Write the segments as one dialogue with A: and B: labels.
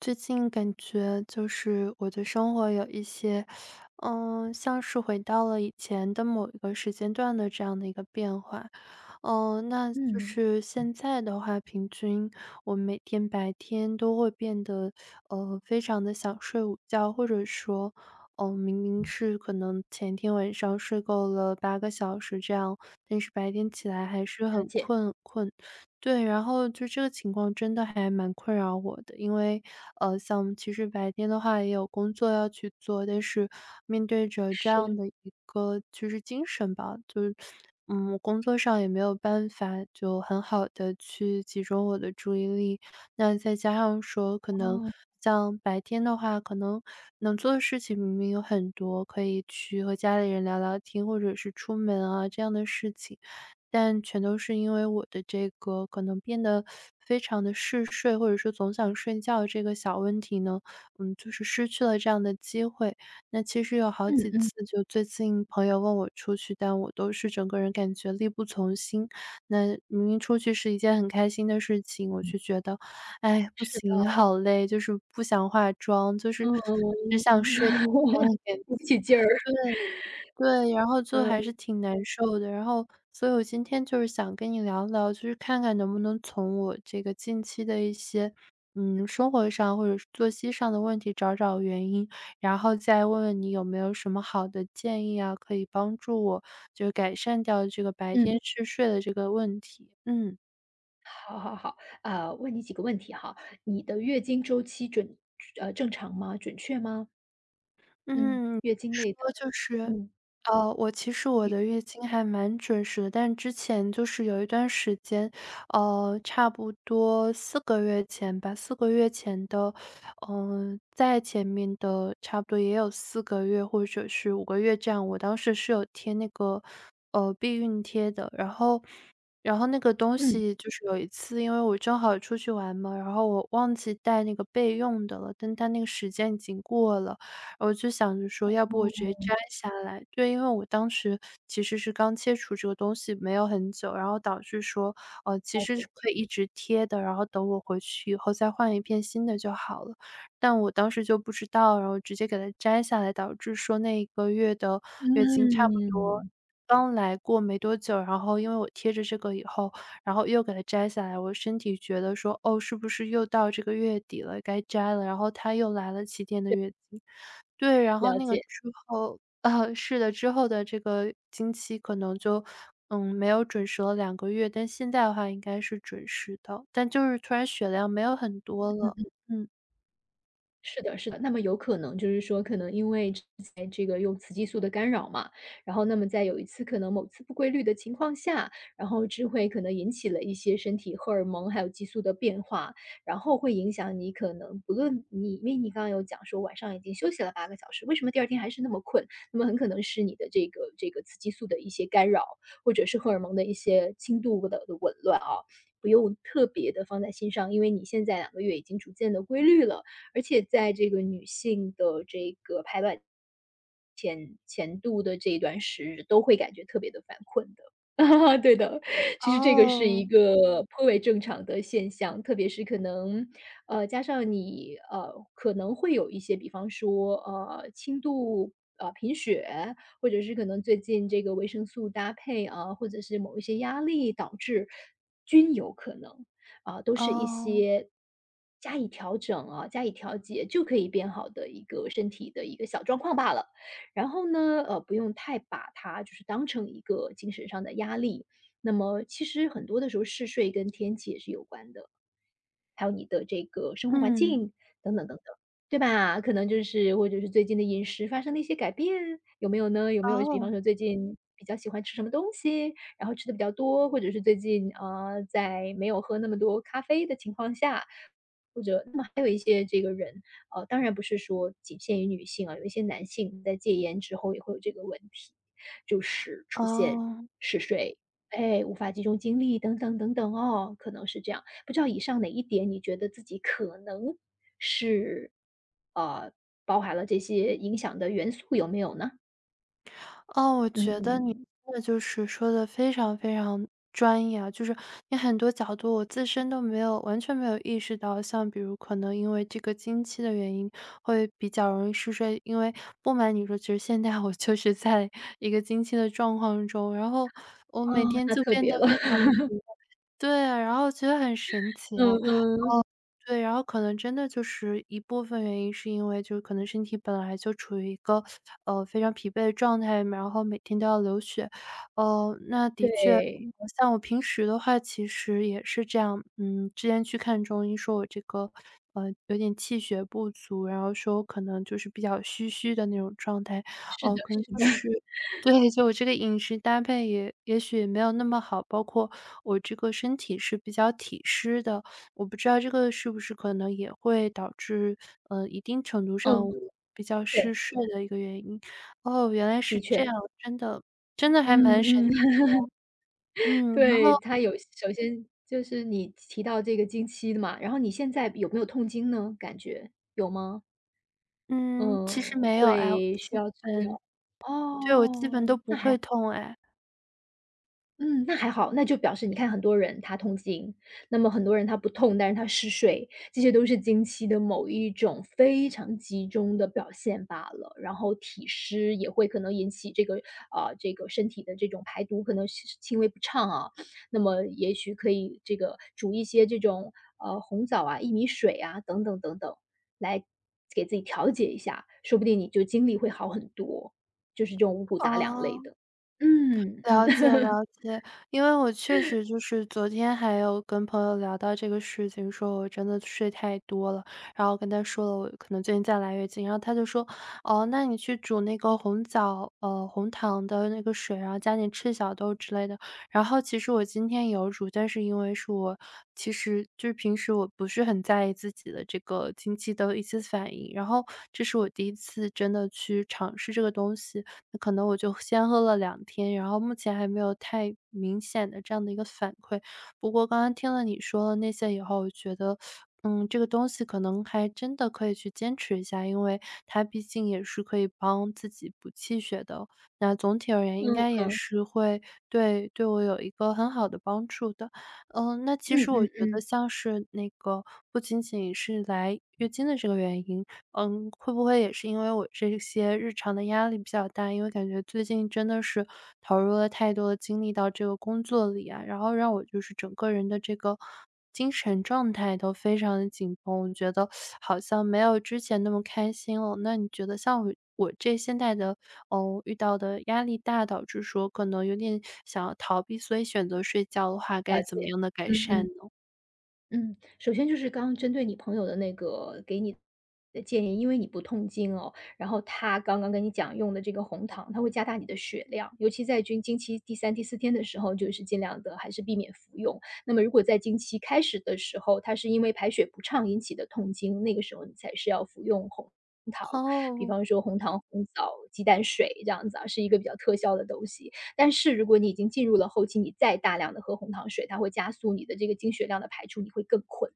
A: 最近感觉就是我的生活有一些，像是回到了以前的某一个时间段的这样的一个变化。那就
B: 嗯，
A: 是现在的话，平均我每天白天都会变得，非常的想睡午觉，或者说，哦，明明是可能前天晚上睡够了8个小时这样，但是白天起来还是
B: 了
A: 很
B: 解，
A: 困很困。对，然后就这个情况真的还蛮困扰我的，因为，像其实白天的话也有工作要去做，但是面对着这样
B: 是，
A: 的一个就是精神吧，就是，我工作上也没有办法就很好的去集中我的注意力，那再加上说可能
B: 啊，
A: 像白天的话，可能能做的事情明明有很多，可以去和家里人聊聊天，或者是出门啊这样的事情。但全都是因为我的这个可能变得非常的嗜睡，或者说总想睡觉这个小问题呢，就是失去了这样的机会。那其实有好
B: 嗯
A: 几
B: 嗯
A: 次就最近朋友问我出去，但我都是整个人感觉力不从心。那明明出去是一件很开心的事情，我
B: 嗯，
A: 却觉得，哎，不
B: 是的，
A: 行，好累，就是不想化妆，就是
B: 嗯，
A: 只想睡觉 这样的感觉。
B: 鼓起劲儿，
A: 对，然后就
B: 嗯
A: 还是挺难受的。然后，所以我今天就是想跟你聊聊，就是看看能不能从我这个近期的一些，生活上或者是作息上的问题找找原因，然后再问问你有没有什么好的建议啊，可以帮助我就是改善掉这个白
B: 嗯，
A: 天嗜睡的这个问题。嗯。
B: 好好好，问你几个问题哈，你的月经周期正常吗？准确吗？嗯，
A: 嗯，
B: 月经类
A: 说
B: 的，
A: 就是
B: 嗯，
A: 我其实我
B: 你
A: 的月经还蛮准时的，但之前就是有一段时间，差不多四个月前的，在前面的差不多也有四个月或者是5个月这样，我当时是有贴那个，避孕贴的。然后那个东
B: 嗯，
A: 西就是有一次，因为我正好出去玩嘛，然后我忘记带那个备用的了，但它那个时间已经过了。我就想着说要不我
B: 哦，
A: 直接摘下来。对，因为我当时其实是刚切除这个东西没有很久，然后导致说，其
B: 了
A: 实是
B: 解，
A: 可以一直贴的，然后等我回去以后再换一片新的就好了。但我当时就不知道，然后直接给它摘下来，导致说那1个月的月经差不多
B: 嗯，
A: 刚来过没多久，然后因为我贴着这个以后，然后又给它摘下来，我身体觉得说，哦，是不是又到这个月底了，该摘了，然后它又来了7天的月经。对，然后
B: 了
A: 那个
B: 解，
A: 之后啊，是的，之后的这个经期可能就，没有准时了2个月，但现在的话应该是准时的，但就是突然血量没有很多了。
B: 嗯。
A: 嗯。
B: 是的，是的。那么有可能就是说，可能因为之前这个用雌激素的干扰嘛，然后那么在有一次可能某次不规律的情况下，然后智会可能引起了一些身体荷尔蒙还有激素的变化，然后会影响你可能不论你，因为你刚刚有讲说晚上已经休息了8个小时，为什么第二天还是那么困？那么很可能是你的这个雌激素的一些干扰，或者是荷尔蒙的一些轻度的紊乱啊。不用特别的放在心上，因为你现在2个月已经逐渐的规律了，而且在这个女性的这个排卵前度的这一段时日，都会感觉特别的犯困的。对的，其实这个是一
A: 哦。
B: 个颇为正常的现象，特别是可能，加上你，可能会有一些比方说，轻度，贫血，或者是可能最近这个维生素搭配啊，或者是某一些压力导致均有可能。啊，都是一
A: 哦。
B: 些加以调整啊、加以调节就可以变好的一个身体的一个小状况罢了。然后呢，不用太把它就是当成一个精神上的压力。那么其实很多的时候，嗜睡跟天气也是有关的。还有你的这个生活环
A: 嗯。
B: 境等等等等，对吧？可能就是或者是最近的饮食发生了一些改变，有没有呢？有没有比
A: 哦。
B: 方说最近比较喜欢吃什么东西，然后吃的比较多，或者是最近，在没有喝那么多咖啡的情况下，或者那么还有一些这个人，当然不是说仅限于女性啊，有一些男性在戒烟之后也会有这个问题，就是出现
A: 哦。
B: 嗜睡，哎，无法集中精力等等等等哦，可能是这样。不知道以上哪一点你觉得自己可能是，呃，包含了这些影响的元素有没有呢？
A: 哦，我觉得你
B: 嗯，
A: 真的就是说的非常非常专业啊，就是你很多角度我自身都没有完全没有意识到，像比如可能因为这个经期的原因会比较容易嗜睡。因为不瞒你说，其实现在我就是在 一个经期的状况中，然后我
B: 哦，
A: 每天
B: 那
A: 就
B: 特
A: 变
B: 别
A: 得
B: 了，
A: 非常 的疲惫。 对啊，然后觉得很神奇
B: 嗯
A: 啊。
B: 嗯，
A: 对，然后可能真的就是一部分原因是因为就是可能身体本来就处于一个，非常疲惫的状态，然后每天都要流血。那的确，
B: 对，
A: 像我平时的话其实也是这样，之前去看中医说我这个，呃，有点气血不足，然后说我可能就是比较虚虚的那种状态，
B: 是的
A: 可能就
B: 是的，
A: 是对，就我这个饮食搭配也许也没有那么好，包括我这个身体是比较体湿的，我不知道这个是不是可能也会导致，一定程度上
B: 嗯，
A: 我比较
B: 对，
A: 嗜睡的一个原因。哦，原来
B: 的
A: 是
B: 确，
A: 这样，真的真的还
B: 嗯
A: 蛮神奇
B: 嗯。
A: 的。嗯，然
B: 对，
A: 后
B: 它有首先就是你提到这个经期的嘛，然后你现在有没有痛经呢？感觉有吗？
A: 嗯，其实
B: 嗯，
A: 没有哎，我
B: 会需
A: 基
B: 要吃
A: 本
B: 药？
A: 对，我基本都
B: 哦，
A: 不
B: 那还
A: 会痛哎。
B: 嗯，那还好，那就表示你看很多人他痛经，那么很多人他不痛，但是他嗜睡，这些都是经期的某一种非常集中的表现罢了。然后体湿也会可能引起这个这个身体的这种排毒可能是轻微不畅啊，那么也许可以这个煮一些这种红枣啊、薏米水啊等等等等，来给自己调节一下，说不定你就精力会好很多，就是这种五谷杂粮类
A: 哦。
B: 的。嗯
A: 了解了
B: 嗯。
A: 解，因为我确实就是昨天还有跟朋友聊到这个事情，说我真的睡太多了，然后跟他说了我可能最近在来月经，然后他就说："哦，那你去煮那个红枣红糖的那个水，然后加点赤小豆之类的。"然后其实我今天有煮，但是因为是我其实就是平时我不是很在意自己的这个经期的一些反应，然后这是我第一次真的去尝试这个东西，那可能我就先喝了2天，然后目前还没有太明显的这样的一个反馈。不过刚刚听了你说了那些以后，我觉得，这个东西可能还真的可以去坚持一下，因为它毕竟也是可以帮自己补气血的哦，那总体而言应
B: 嗯
A: 该也
B: 嗯，
A: 是会对我有一个很好的帮助的。嗯，那其
B: 嗯
A: 实我
B: 嗯
A: 觉得
B: 嗯。
A: 像是那个不仅仅是来月经的这个原因，会不会也是因为我这些日常的压力比较大？因为感觉最近真的是投入了太多的精力到这个工作里啊，然后让我就是整个人的这个精神状态都非常的紧绷，我觉得好像没有之前那么开心了。那你觉得像我这现在的哦，遇到的压力大，导致说可能有点想要逃避，所以选择睡觉的话，该
B: 了
A: 怎么
B: 解，
A: 样的改
B: 嗯
A: 善
B: 嗯。
A: 呢？
B: 嗯，首先就是刚刚针对你朋友的那个给你的建议，因为你不痛经哦，然后他刚刚跟你讲用的这个红糖，它会加大你的血量，尤其在经期第3、第4天的时候，就是尽量的还是避免服用。那么如果在经期开始的时候，它是因为排血不畅引起的痛经，那个时候你才是要服用红糖，比
A: 哦。
B: 方说红糖、红枣、鸡蛋水这样子啊，是一个比较特效的东西。但是如果你已经进入了后期，你再大量的喝红糖水，它会加速你的这个经血量的排出，你会更困。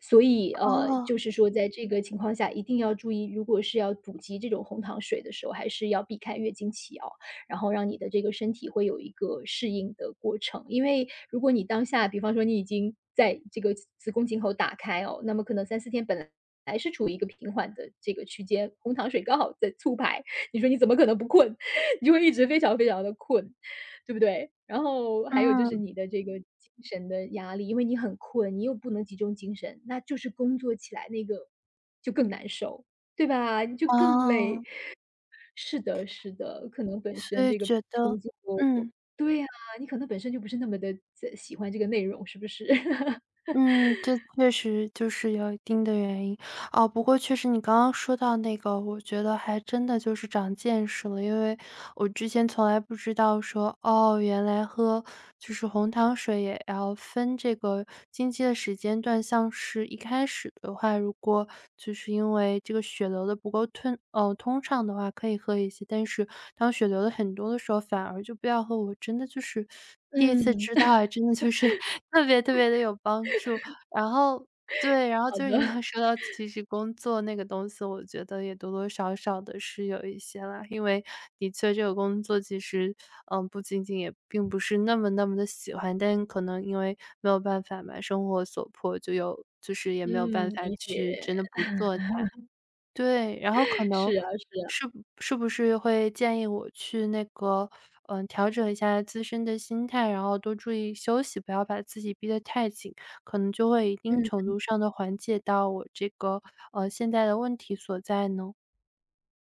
B: 所以
A: 哦。
B: 就是说在这个情况下一定要注意，如果是要补给这种红糖水的时候，还是要避开月经期哦，然后让你的这个身体会有一个适应的过程。因为如果你当下，比方说你已经在这个子宫颈口打开哦，那么可能3、4天本来是处于一个平缓的这个区间，红糖水刚好在促排，你说你怎么可能不困？你就会一直非常非常的困。对不对？然后还有就是
A: 嗯。
B: 你的这个精神的压力，因为你很困，你又不能集中精神，那就是工作起来那个就更难受，对吧？你就更累。
A: 哦，
B: 是的，是的，可能本
A: 所
B: 身
A: 以
B: 这个
A: 觉得
B: 工作
A: 嗯。
B: 对呀，你可能本身就不是那么的喜欢这个内容，是不是？
A: 嗯，这确实就是有一定的原因。哦，不过确实你刚刚说到那个，我觉得还真的就是长见识了，因为我之前从来不知道说，哦，原来喝就是红糖水也要分这个经期的时间段。像是一开始的话，如果就是因为这个血流的不够通，通畅的话，可以喝一些，但是当血流的很多的时候，反而就不要喝。我真的就是第一次
B: 嗯，
A: 知道，哎，真的就是特别特别的有帮助。然后对，然后
B: 好
A: 就是你刚刚
B: 的，
A: 说到其实工作那个东西，我觉得也多多少少的是有一些啦。因为的确这个工作其实，不仅仅也并不是那么的喜欢，但可能因为没有办法嘛，生活所迫，就是也没有
B: 嗯，
A: 办法
B: 理解，
A: 去真的不做。对，然后可能
B: 是啊，是
A: 是
B: 啊，
A: 不是不是会建议我去那个，调整一下自身的心态，然后多注意休息，不要把自己逼得太紧，可能就会一定
B: 嗯。
A: 程度上的缓解到我这个，现在的问题所在呢？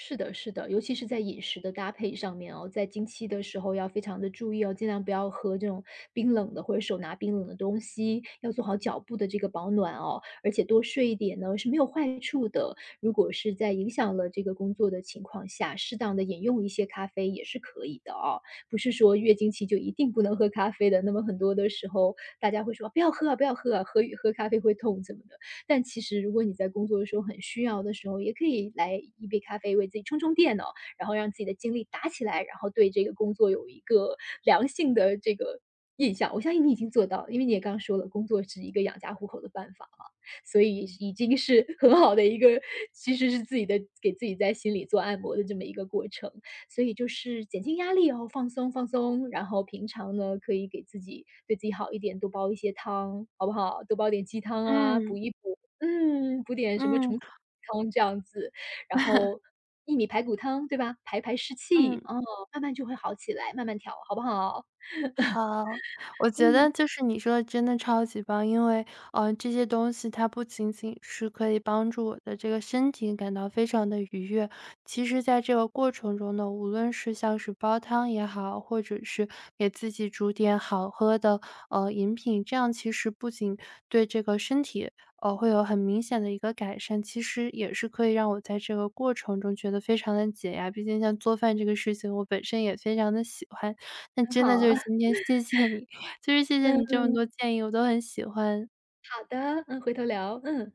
B: 是的，是的，尤其是在饮食的搭配上面哦，在经期的时候要非常的注意哦，尽量不要喝这种冰冷的或者手拿冰冷的东西，要做好脚部的这个保暖哦，而且多睡一点呢是没有坏处的。如果是在影响了这个工作的情况下，适当的饮用一些咖啡也是可以的哦，不是说月经期就一定不能喝咖啡的。那么很多的时候，大家会说：“不要喝啊，不要喝啊，喝喝咖啡会痛”怎么的。但其实如果你在工作的时候很需要的时候，也可以来一杯咖啡为自己充充电哦，然后让自己的精力打起来，然后对这个工作有一个良性的这个印象。我相信你已经做到了，因为你也刚说了，工作是一个养家糊口的办法嘛，所以已经是 很好的一个，其实是自己的给自己在心里做按摩的这么一个过程。所以就是减轻压力然后放松放松，然后平常呢可以给自己对自己好一点，多煲一些汤，好不好？多煲点鸡汤啊，补
A: 嗯。
B: 一补。嗯，补点什么
A: 嗯。
B: 虫子汤这样子，然后薏米排骨汤，对吧？排排湿气，
A: 嗯。
B: 哦，慢慢就会好起来，慢慢调，好不好？
A: 好，我觉得就是你说的真的超级棒，因为这些东西它不仅仅是可以帮助我的这个身体感到非常的愉悦，其实在这个过程中呢，无论是像是煲汤也好，或者是给自己煮点好喝的饮品，这样其实不仅对这个身体会有很明显的一个改善，其实也是可以让我在这个过程中觉得非常的解压。毕竟像做饭这个事情，我本身也非常的喜欢，那
B: 很
A: 真的
B: 好，
A: 就
B: 啊，
A: 是今天谢谢你，就是谢谢你这
B: 嗯，
A: 么多建议，我都很喜欢。
B: 好的，嗯，回头聊，嗯。